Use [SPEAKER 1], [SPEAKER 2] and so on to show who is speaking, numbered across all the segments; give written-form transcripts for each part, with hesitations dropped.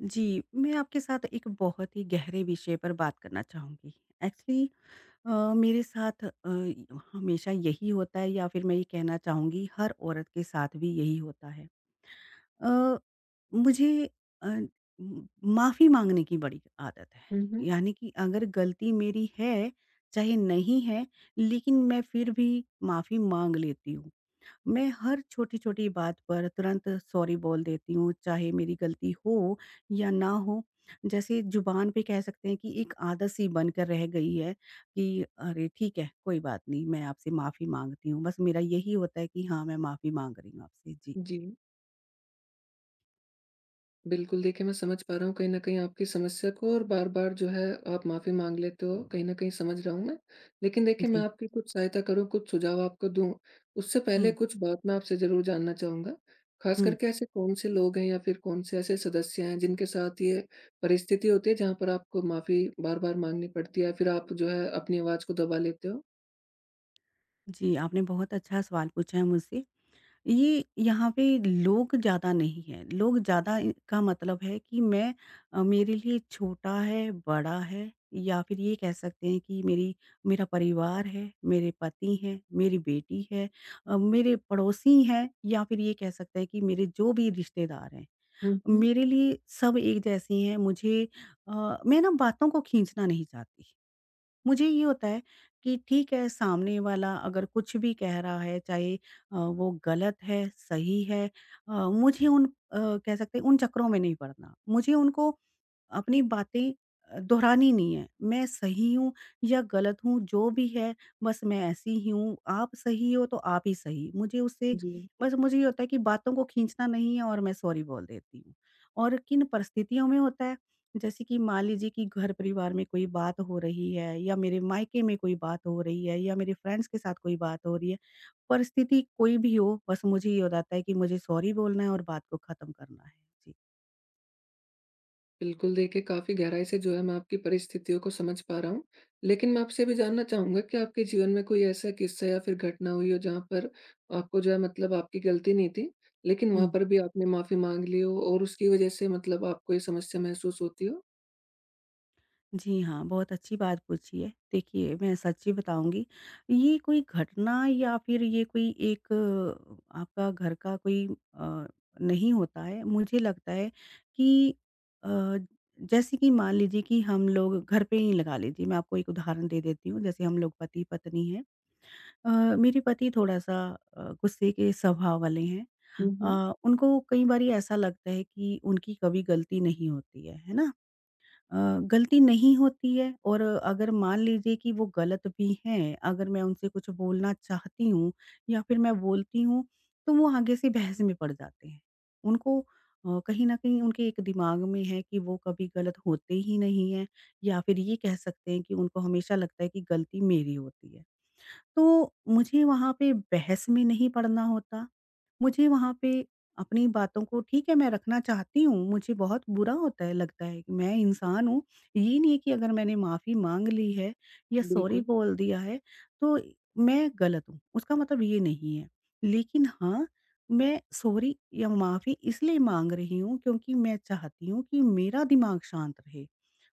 [SPEAKER 1] जी, मैं आपके साथ एक बहुत ही गहरे विषय पर बात करना चाहूँगी। एक्चुअली अ, मेरे साथ हमेशा यही होता है या फिर मैं ये कहना चाहूँगी हर औरत के साथ भी यही होता है। अ, मुझे अ, उम, माफ़ी माँगने की बड़ी आदत है।
[SPEAKER 2] हुँ, हुँ।
[SPEAKER 1] यानी कि अगर गलती मेरी है, चाहे नहीं है, लेकिन मैं फिर भी माफ़ी माँग लेती हूँ। मैं हर छोटी-छोटी बात पर तुरंत सॉरी बोल देती हूँ, चाहे मेरी गलती हो या ना हो। जैसे ज़ुबान पे कह सकते हैं कि एक आदत-सी बनकर रह गई है कि अरे! ठीक है, कोई बात नहीं, मैं आपसे माफ़ी माँगती हूँ। बस मेरा यही होता है कि हाँ, मैं माफ़ी माँग रही हूँ आपसे। जी।
[SPEAKER 2] जी, बिल्कुल देखिए मैं समझ पा रहा हूँ कहीं न कहीं आपकी समस्या को और बार-बार जो है आप माफ़ी माँग लेते हो, कहीं न कहीं समझ रहा हूँ मैं। लेकिन देखिए मैं
[SPEAKER 1] जी।
[SPEAKER 2] आपकी कुछ सहायता करूँ, कुछ सुझाव आपको दूँ, उससे पहले
[SPEAKER 1] हुँ,
[SPEAKER 2] कुछ बात मैं आपसे ज़रूर जानना चाहूँगा। ख़ास
[SPEAKER 1] हुँ।
[SPEAKER 2] करके ऐसे कौन-से लोग हैं या फिर कौन-से ऐसे सदस्य हैं जिनके साथ ये परिस्थिति होती है जहाँ पर आपको माफ़ी बार-बार माँगनी पड़ती है या फिर आप जो है अपनी आवाज़ को दबा लेते हो?
[SPEAKER 1] जी, आपने बहुत अच्छा सवाल पूछा है मुझसे। ये यहाँ पे लोग ज़्यादा नहीं हैं। लोग ज़्यादा इ का मतलब है कि मैं मेरे लिए छोटा है, बड़ा है या फिर ये कह सकते हैं कि मेरी मेरा परिवार है, मेरे पति हैं, मेरी बेटी है मेरे पड़ोसी हैं या फिर ये कह सकते हैं कि मेरे जो भी रिश्तेदार हैं।
[SPEAKER 2] हुँ, हुँ।
[SPEAKER 1] मेरे लिए सब एक जैसे हैं मुझे मैं ना बातों को खींचना नहीं चाहती। मुझे ये होता है कि ठीक है सामने वाला अगर कुछ भी कह रहा है चाहे वो गलत है सही है अ, मुझे उन कह सकते हैं उन चक्करों में नहीं पड़ना मुझे उनको अपनी बातें दोहरानी नहीं है। मैं सही हूँ या गलत हूँ, जो भी है, बस मैं ऐसी ही हूँ, आप सही हो तो आप ही सही। मुझे उससे
[SPEAKER 2] जी।
[SPEAKER 1] बस मुझे ये होता है कि बातों को खींचना नहीं है और मैं सॉरी बोल देती हूँ। और किन परिस्थितियों में होता है, जैसे कि मान लीजिए कि घर-परिवार में कोई बात हो रही है या मेरे मायके में कोई बात हो रही है या मेरे फ्रेंड्स के साथ कोई बात हो रही है, परिस्थिति कोई भी हो, बस मुझे ये हो जाता है कि मुझे सॉरी बोलना है और बात को खत्म करना है। जी।
[SPEAKER 2] बिल्कुल, देखिए काफ़ी गहराई से जो है मैं आपकी परिस्थितियों को समझ पा रहा हूँ। लेकिन मैं आपसे भी जानना चाहूँगा कि आपके जीवन में कोई ऐसा किस्सा या फिर घटना हुई हो जहाँ पर आपको जो है मतलब आपकी गलती नहीं थी, लेकिन वहाँ
[SPEAKER 1] हुँ।
[SPEAKER 2] पर भी आपने माफ़ी माँग ली हो और उसकी वज़ह से मतलब आपको ये समस्या महसूस होती हो?
[SPEAKER 1] जी हाँ, बहुत अच्छी बात पूछी है। देखिए, मैं सच्ची बताऊँगी, ये कोई घटना या फिर ये कोई एक आपका घर का कोई अ, नहीं होता है। मुझे लगता है कि अ, जैसे कि मान लीजिए कि हम लोग घर पे ही लगा लीजिए, मैं आपको एक उदाहरण दे देती हूँ। जैसे हम लोग पति-पत्नी हैं। अ, मेरे पति थोड़ा-सा गुस्से के स्वभाव वाले हैं।
[SPEAKER 2] हुँ, हुँ।
[SPEAKER 1] उनको कई बारी ऐसा लगता है कि उनकी कभी गलती नहीं होती है ना? अ, गलती नहीं होती है और अगर मान लीजिए कि वो गलत भी हैं, अगर मैं उनसे कुछ बोलना चाहती हूँ या फिर मैं बोलती हूँ, तो वो आगे से बहस में पड़ जाते हैं। उनको कहीं न कहीं उनके एक दिमाग में है कि वो कभी गलत होते ही नहीं हैं या फिर ये कह सकते हैं कि उनको हमेशा लगता है कि गलती मेरी होती है। तो मुझे वहाँ पे बहस में नहीं पड़ना होता। मुझे वहाँ पे अपनी बातों को ठीक है मैं रखना चाहती हूँ, मुझे बहुत बुरा होता है लगता है कि मैं इंसान हूँ, ये नहीं है कि अगर मैंने माफ़ी माँग ली है या सॉरी
[SPEAKER 2] बिल्कुल।
[SPEAKER 1] बोल दिया है तो मैं गलत हूँ, उसका मतलब ये नहीं है। लेकिन हाँ, मैं सॉरी या माफ़ी इसलिए माँग रही हूँ क्योंकि मैं चाहती हूँ कि मेरा दिमाग शांत रहे।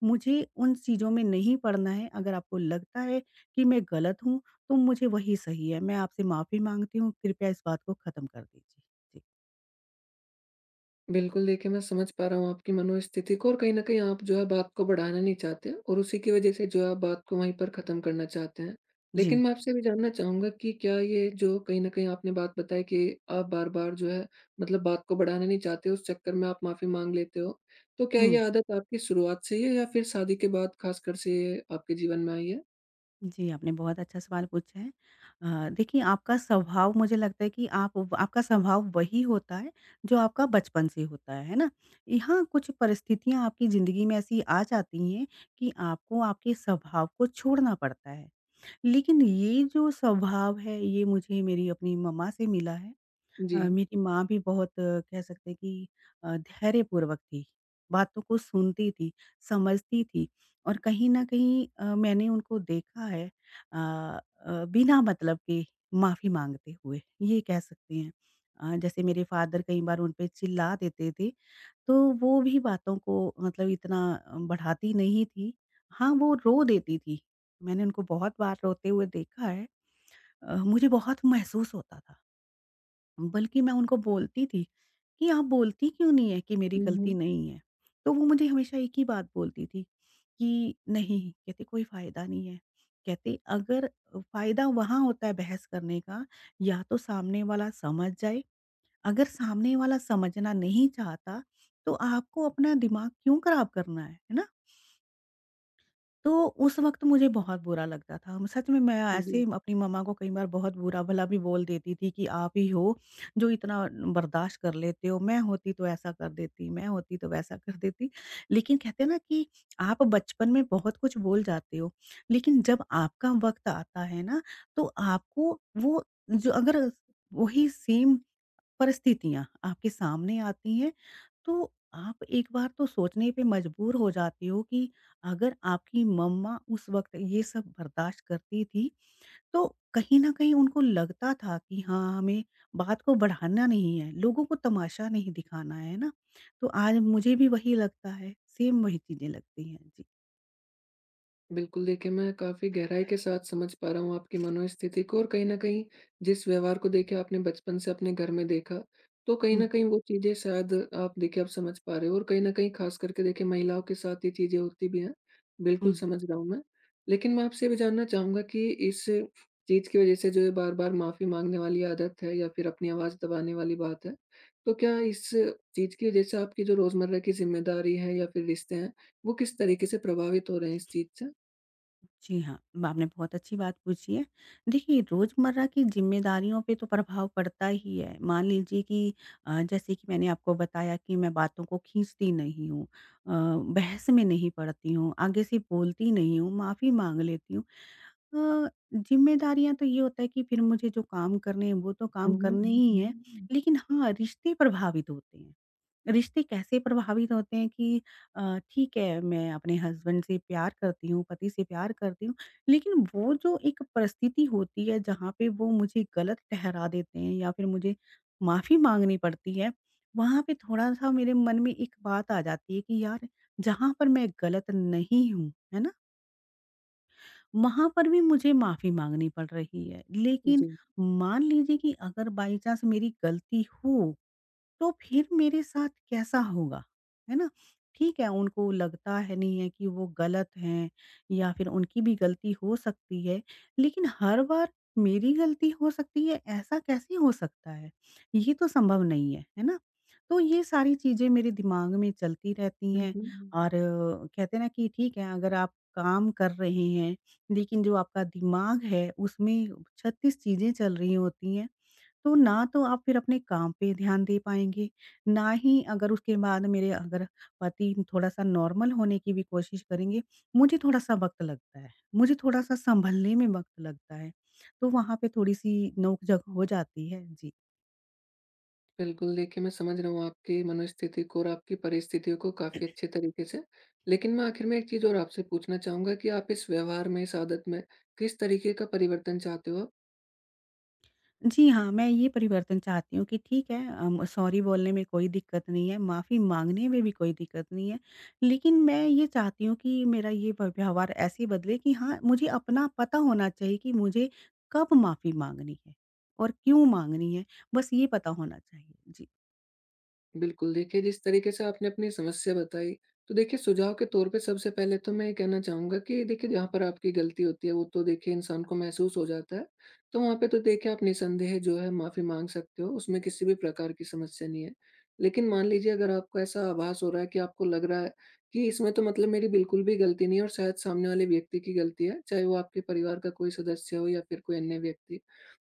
[SPEAKER 1] मुझे उन चीज़ों में नहीं पड़ना है, अगर आपको लगता है कि मैं गलत हूँ, तो मुझे वही सही है। मैं आपसे माफ़ी माँगती हूँ, कृपया इस बात को ख़त्म कर दीजिए। जी।
[SPEAKER 2] बिल्कुल, देखिए मैं समझ पा रहा हूँ आपकी मनोस्थिति को और कहीं न कहीं आप जो है बात को बढ़ाना नहीं चाहते और उसी की वजह से जो है आप बात को वहीं पर ख़त्म करना चाहते हैं। लेकिन
[SPEAKER 1] जी।
[SPEAKER 2] मैं आपसे भी जानना चाहूँगा कि क्या ये जो कहीं न कहीं आपने बात बताई कि आप बार-बार जो है मतलब बात को बढ़ाना नहीं चाहते, उस चक्कर में आप माफ़ी माँग लेते हो। तो क्या
[SPEAKER 1] हुँ।
[SPEAKER 2] ये आदत आपकी शुरुआत से ही है या फिर शादी के बाद ख़ासकर से ये आपके जीवन में आई है?
[SPEAKER 1] जी, आपने बहुत अच्छा सवाल पूछा है। देखिए आपका स्वभाव मुझे लगता है कि आप आपका स्वभाव वही होता है, जो आपका बचपन से होता है ना? यहाँ कुछ परिस्थितियाँ आपकी ज़िंदगी में ऐसी आ जाती हैं, कि आपको आपके स्वभाव को छोड़ना पड़ता है। लेकिन ये जो स्वभाव है, ये मुझे मेरी अपनी मम्मा से मिला है।
[SPEAKER 2] जी।
[SPEAKER 1] मेरी माँ भी बहुत कह सकते हैं कि धैर्यपूर्वक थी, बातों को सुनती थी, समझती थी और कहीं न कहीं मैंने उनको देखा है बिना मतलब के माफ़ी माँगते हुए, ये कह सकते हैं। जैसे मेरे फ़ादर कई बार उन पे चिल्ला देते थे तो वो भी बातों को मतलब इतना बढ़ाती नहीं थी। हाँ, वो रो देती थी। मैंने उनको बहुत बार रोते हुए देखा है। मुझे बहुत महसूस होता था। बल्कि मैं उनको बोलती थी कि आप बोलती क्यों नहीं है कि मेरी
[SPEAKER 2] हुँ,
[SPEAKER 1] गलती
[SPEAKER 2] हुँ।
[SPEAKER 1] नहीं है? तो वो मुझे हमेशा एक ही बात बोलती थी कि नहीं, कहते कोई फ़ायदा नहीं है। कहते अगर फ़ायदा वहाँ होता है बहस करने का या तो सामने वाला समझ जाए अगर सामने वाला समझना नहीं चाहता, तो आपको अपना दिमाग क्यों खराब करना है ना? तो उस वक़्त मुझे बहुत बुरा लगता था। म सच में मैं ऐसे
[SPEAKER 2] जी।
[SPEAKER 1] अपनी मम्मा को कई बार बहुत बुरा-भला भी बोल देती थी कि आप ही हो जो इतना बर्दाश्त कर लेते हो, मैं होती तो ऐसा कर देती, मैं होती तो वैसा कर देती। लेकिन कहते हैं ना कि आप बचपन में बहुत कुछ बोल जाते हो, लेकिन जब आपका वक़्त आता है ना, तो आपको वो जो अगर वही सेम परिस्थितियाँ आपके सामने आती हैं, तो आप एक बार तो सोचने पे मजबूर हो जाते हो कि अगर आपकी मम्मा उस वक़्त ये सब बर्दाश्त करती थी, तो कहीं न कहीं उनको लगता था कि हाँ, हमें बात को बढ़ाना नहीं है, लोगों को तमाशा नहीं दिखाना है ना? तो आज मुझे भी वही लगता है, सेम वही चीज़ें लगती हैं। जी।
[SPEAKER 2] बिल्कुल, देखिए मैं काफ़ी गहराई के साथ समझ पा रहा हूँ आपकी मनोस्थिति को और कहीं न कहीं जिस व्यवहार को देखिए आपने बचपन से अपने घर में देखा, तो कहीं
[SPEAKER 1] हुँ,
[SPEAKER 2] न कहीं वो चीज़ें शायद आप देखिए अब समझ पा रहे हो और कहीं न कहीं ख़ास करके देखिए महिलाओं के साथ ये चीज़ें होती भी हैं। बिल्कुल
[SPEAKER 1] हुँ।
[SPEAKER 2] समझ रहा हूँ मैं। लेकिन मैं आपसे ये भी जानना चाहूँगा कि इस चीज़ की वज़ह से जो ये बार-बार माफ़ी माँगने वाली आदत है या फिर अपनी आवाज़ दबाने वाली बात है, तो क्या इस चीज़ की वज़ह से आपकी जो रोज़मर्रा की ज़िम्मेदारी है या फिर रिश्ते हैं, वो किस तरीके से प्रभावित हो रहे हैं इस चीज़ से?
[SPEAKER 1] जी हाँ, आपने बहुत अच्छी बात पूछी है। देखिए, रोज़मर्रा की ज़िम्मेदारियों पे तो प्रभाव पड़ता ही है। मान लीजिए कि जैसे कि मैंने आपको बताया कि मैं बातों को खींचती नहीं हूँ बहस में नहीं पड़ती हूँ, आगे से बोलती नहीं हूँ, माफ़ी माँग लेती हूँ। अ, जिम्मेदारियाँ तो ये होता है कि फिर मुझे जो काम करने हैं वो तो काम
[SPEAKER 2] हुँ, हुँ,
[SPEAKER 1] करने
[SPEAKER 2] हुँ,
[SPEAKER 1] ही हैं,
[SPEAKER 2] हुँ।
[SPEAKER 1] लेकिन हाँ, रिश्ते प्रभावित होते हैं। रिश्ते कैसे प्रभावित होते हैं कि ठीक है मैं अपने हस्बैंड से प्यार करती हूँ, पति से प्यार करती हूँ, लेकिन वो जो एक परिस्थिति होती है जहाँ पे वो मुझे गलत ठहरा देते हैं या फिर मुझे माफ़ी माँगनी पड़ती है, वहाँ पे थोड़ा-सा मेरे मन में एक बात आ जाती है कि यार जहाँ पर मैं गलत नहीं हूँ, है ना? वहाँ पर भी मुझे माफ़ी माँगनी पड़ रही है। लेकिन
[SPEAKER 2] जी।
[SPEAKER 1] मान लीजिए कि अगर बाई चांस मेरी गलती हो तो फिर मेरे साथ कैसा होगा? है ना? ठीक है, उनको लगता है नहीं है कि वो गलत हैं या फिर उनकी भी गलती हो सकती है, लेकिन हर बार मेरी गलती हो सकती है, ऐसा कैसे हो सकता है? ये तो संभव नहीं है, है ना? तो ये सारी चीज़ें मेरे दिमाग में चलती रहती
[SPEAKER 2] हुँ,
[SPEAKER 1] हैं
[SPEAKER 2] हुँ।
[SPEAKER 1] और कहते हैं ना कि ठीक है, अगर आप काम कर रहे हैं, लेकिन जो आपका दिमाग है उसमें 36 चीज़ें चल रही होती हैं। तो ना तो आप फिर अपने काम पे ध्यान दे पाएँगे, ना ही अगर उसके बाद मेरे अगर पति थोड़ा-सा नॉर्मल होने की भी कोशिश करेंगे, मुझे थोड़ा-सा वक़्त लगता है, मुझे थोड़ा-सा सँभलने में वक़्त लगता है। तो वहाँ पे थोड़ी-सी नोक-झोंक हो जाती है। जी।
[SPEAKER 2] बिल्कुल, देखिए मैं समझ रहा हूँ आपकी मनोस्थिति को और आपकी परिस्थितियों को काफ़ी अच्छे तरीके से। लेकिन मैं आखिर में एक चीज़ और आपसे पूछना चाहूँगा कि आप इस व्यवहार में, इस आदत में किस तरीके का परिवर्तन चाहते हो?
[SPEAKER 1] जी हाँ, मैं ये परिवर्तन चाहती हूँ कि ठीक है सॉरी बोलने में कोई दिक्कत नहीं है, माफ़ी माँगने में भी कोई दिक्कत नहीं है। लेकिन मैं ये चाहती हूँ कि मेरा ये व व्यवहार ऐसे बदले कि हाँ, मुझे अपना पता होना चाहिए कि मुझे कब माफ़ी माँगनी है और क्यों माँगनी है, बस ये पता होना चाहिए। जी।
[SPEAKER 2] बिल्कुल, देखिए जिस तरीके से आपने अपनी समस्या बताई, तो देखिए सुझाव के तौर पे सबसे पहले तो मैं ये कहना चाहूँगा कि देखिए जहाँ पर आपकी गलती होती है वो तो देखिए इंसान को महसूस हो जाता है। तो वहाँ पे तो देखिए आप निसंदेह जो है माफ़ी माँग सकते हो, उसमें किसी भी प्रकार की समस्या नहीं है। लेकिन मान लीजिए अगर आपको ऐसा आभास हो रहा है कि आपको लग रहा है कि इसमें तो मतलब मेरी बिल्कुल भी गलती नहीं है और शायद सामने वाले व्यक्ति की गलती है, चाहे वो आपके परिवार का कोई सदस्य हो या फिर कोई अन्य व्यक्ति।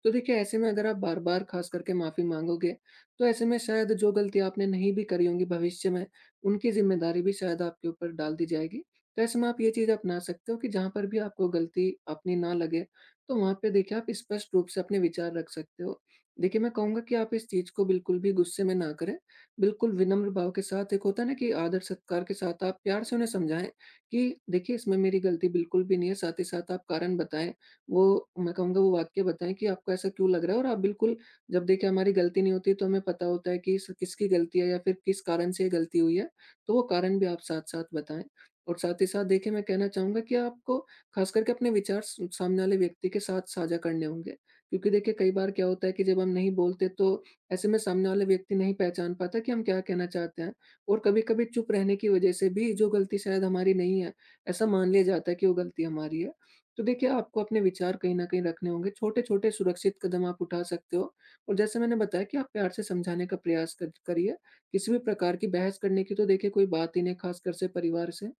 [SPEAKER 2] तो देखिए ऐसे में अगर आप बार बार खास करके माफी मांगोगे, तो ऐसे में शायद जो गलती आपने नहीं भी करी होंगी भविष्य में, उनकी जिम्मेदारी भी शायद आपके ऊपर डाल दी जाएगी। तो ऐसे में आप ये चीज अपना सकते हो कि जहां पर भी आपको गलती अपनी ना लगे, तो वहां पे देखिए आप स्पष्ट रूप से अपने विचार रख सकते हो। देखिए मैं कहूंगा कि आप इस चीज को बिल्कुल भी गुस्से में ना करें, बिल्कुल विनम्र भाव के साथ, एक होता है ना कि आदर सत्कार के साथ, आप प्यार से उन्हें समझाएं कि देखिए इसमें मेरी गलती बिल्कुल भी नहीं है। साथ ही साथ आप कारण बताएं, वो मैं कहूँगा वो वाक्य बताएँ कि आपको ऐसा क्यों लग रहा है। और आप बिल्कुल, जब देखिए हमारी गलती नहीं होती है, तो हमें पता होता है कि इस किसकी गलती है या फिर किस कारण से ये गलती हुई है, तो वो कारण भी आप साथ-साथ बताएँ। और साथ ही साथ देखिए मैं कहना चाहूँगा कि आपको ख़ास करके अपने विचार स सामने वाले व्यक्ति के साथ साझा करने होंगे, क्योंकि देखिए कई बार क्या होता है कि जब हम नहीं बोलते तो ऐसे में सामने वाला व्यक्ति नहीं पहचान पाता कि हम क्या कहना चाहते हैं। और कभी-कभी चुप रहने की वज़ह से भी जो गलती शायद हमारी नहीं है, ऐसा मान लिया जाता है कि वो गलती हमारी है। तो देखिए, आपको अपने विचार कहीं न कहीं रखने होंगे, छोटे-छोटे सुरक्षित कदम आप उठा सकते हो और जैसे मैंने बताया कि आप प्यार से समझाने का प्रयास कर करिए। किसी भी प्रकार की बहस करने की तो देखिए कोई बात ही नहीं, ख़ासकर से परिवार से।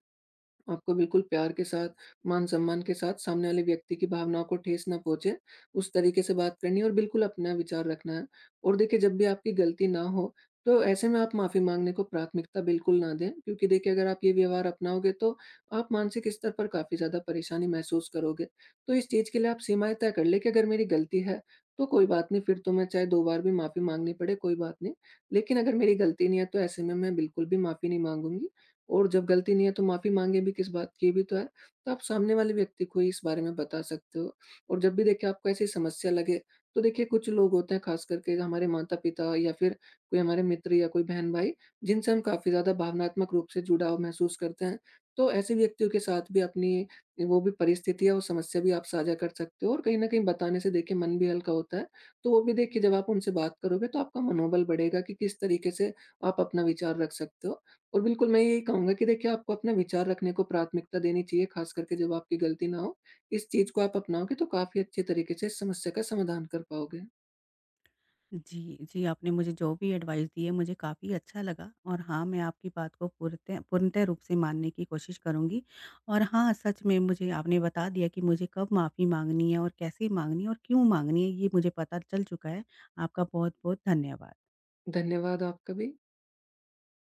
[SPEAKER 2] आपको बिल्कुल प्यार के साथ, मान-सम्मान के साथ, सामने वाले व्यक्ति की भावनाओं को ठेस ना पहुँचे, उस तरीके से बात करनी है और बिल्कुल अपना विचार रखना है। और देखिए जब भी आपकी गलती ना हो, तो ऐसे में आप माफ़ी माँगने को प्राथमिकता बिल्कुल ना दें, क्योंकि देखिए अगर आप ये व्यवहार अपनाओगे तो आप मानसिक स्तर पर काफ़ी ज़्यादा परेशानी महसूस करोगे। तो इस चीज़ के लिए आप सीमाएँ तय कर लें कि अगर मेरी गलती है, तो कोई बात नहीं, फिर तो मैं चाहे 2 बार भी माफ़ी माँगनी पड़े कोई बात नहीं। लेकिन अगर मेरी गलती नहीं है तो ऐसे में मैं बिल्कुल भी माफ़ी नहीं माँगूँगी, और जब गलती नहीं है तो माफ़ी माँगे भी किस बात की, ये भी तो है। तो आप सामने वाले व्यक्ति को ही इस बारे में बता सकते हो। और जब भी देखिए आपको ऐसी समस्या लगे, तो देखिए कुछ लोग होते हैं ख़ास करके हमारे माता-पिता या फिर कोई हमारे मित्र या कोई बहन-भाई, जिनसे हम काफ़ी ज़्यादा भावनात्मक रूप से जुड़ाव महसूस करते हैं। तो ऐसे व्यक्तियों के साथ भी अपनी वो भी परिस्थिति है और समस्या भी आप साझा कर सकते हो और कहीं न कहीं बताने से देखिए मन भी हल्का होता है। तो वो भी देखिए जब आप उनसे बात करोगे तो आपका मनोबल बढ़ेगा कि किस तरीके से आप अपना विचार रख सकते हो। और बिल्कुल, मैं यही कहूँगा कि देखिए आपको अपना विचार रखने को प्राथमिकता देनी चाहिए, ख़ास करके जब आपकी गलती ना हो। इस चीज़ को आप अपनाओगे तो काफ़ी अच्छे तरीके से इस समस्या का समाधान कर पाओगे।
[SPEAKER 1] जी, जी, आपने मुझे जो भी एडवाइस दी है मुझे काफ़ी अच्छा लगा और हाँ, मैं आपकी बात को पूर्णतः पूर्णतः रूप से मानने की कोशिश करूँगी। और हाँ, सच में मुझे आपने बता दिया कि मुझे कब माफ़ी माँगनी है और कैसे माँगनी है और क्यों माँगनी है, ये मुझे पता चल चुका है। आपका बहुत-बहुत धन्यवाद।
[SPEAKER 2] धन्यवाद आपका भी।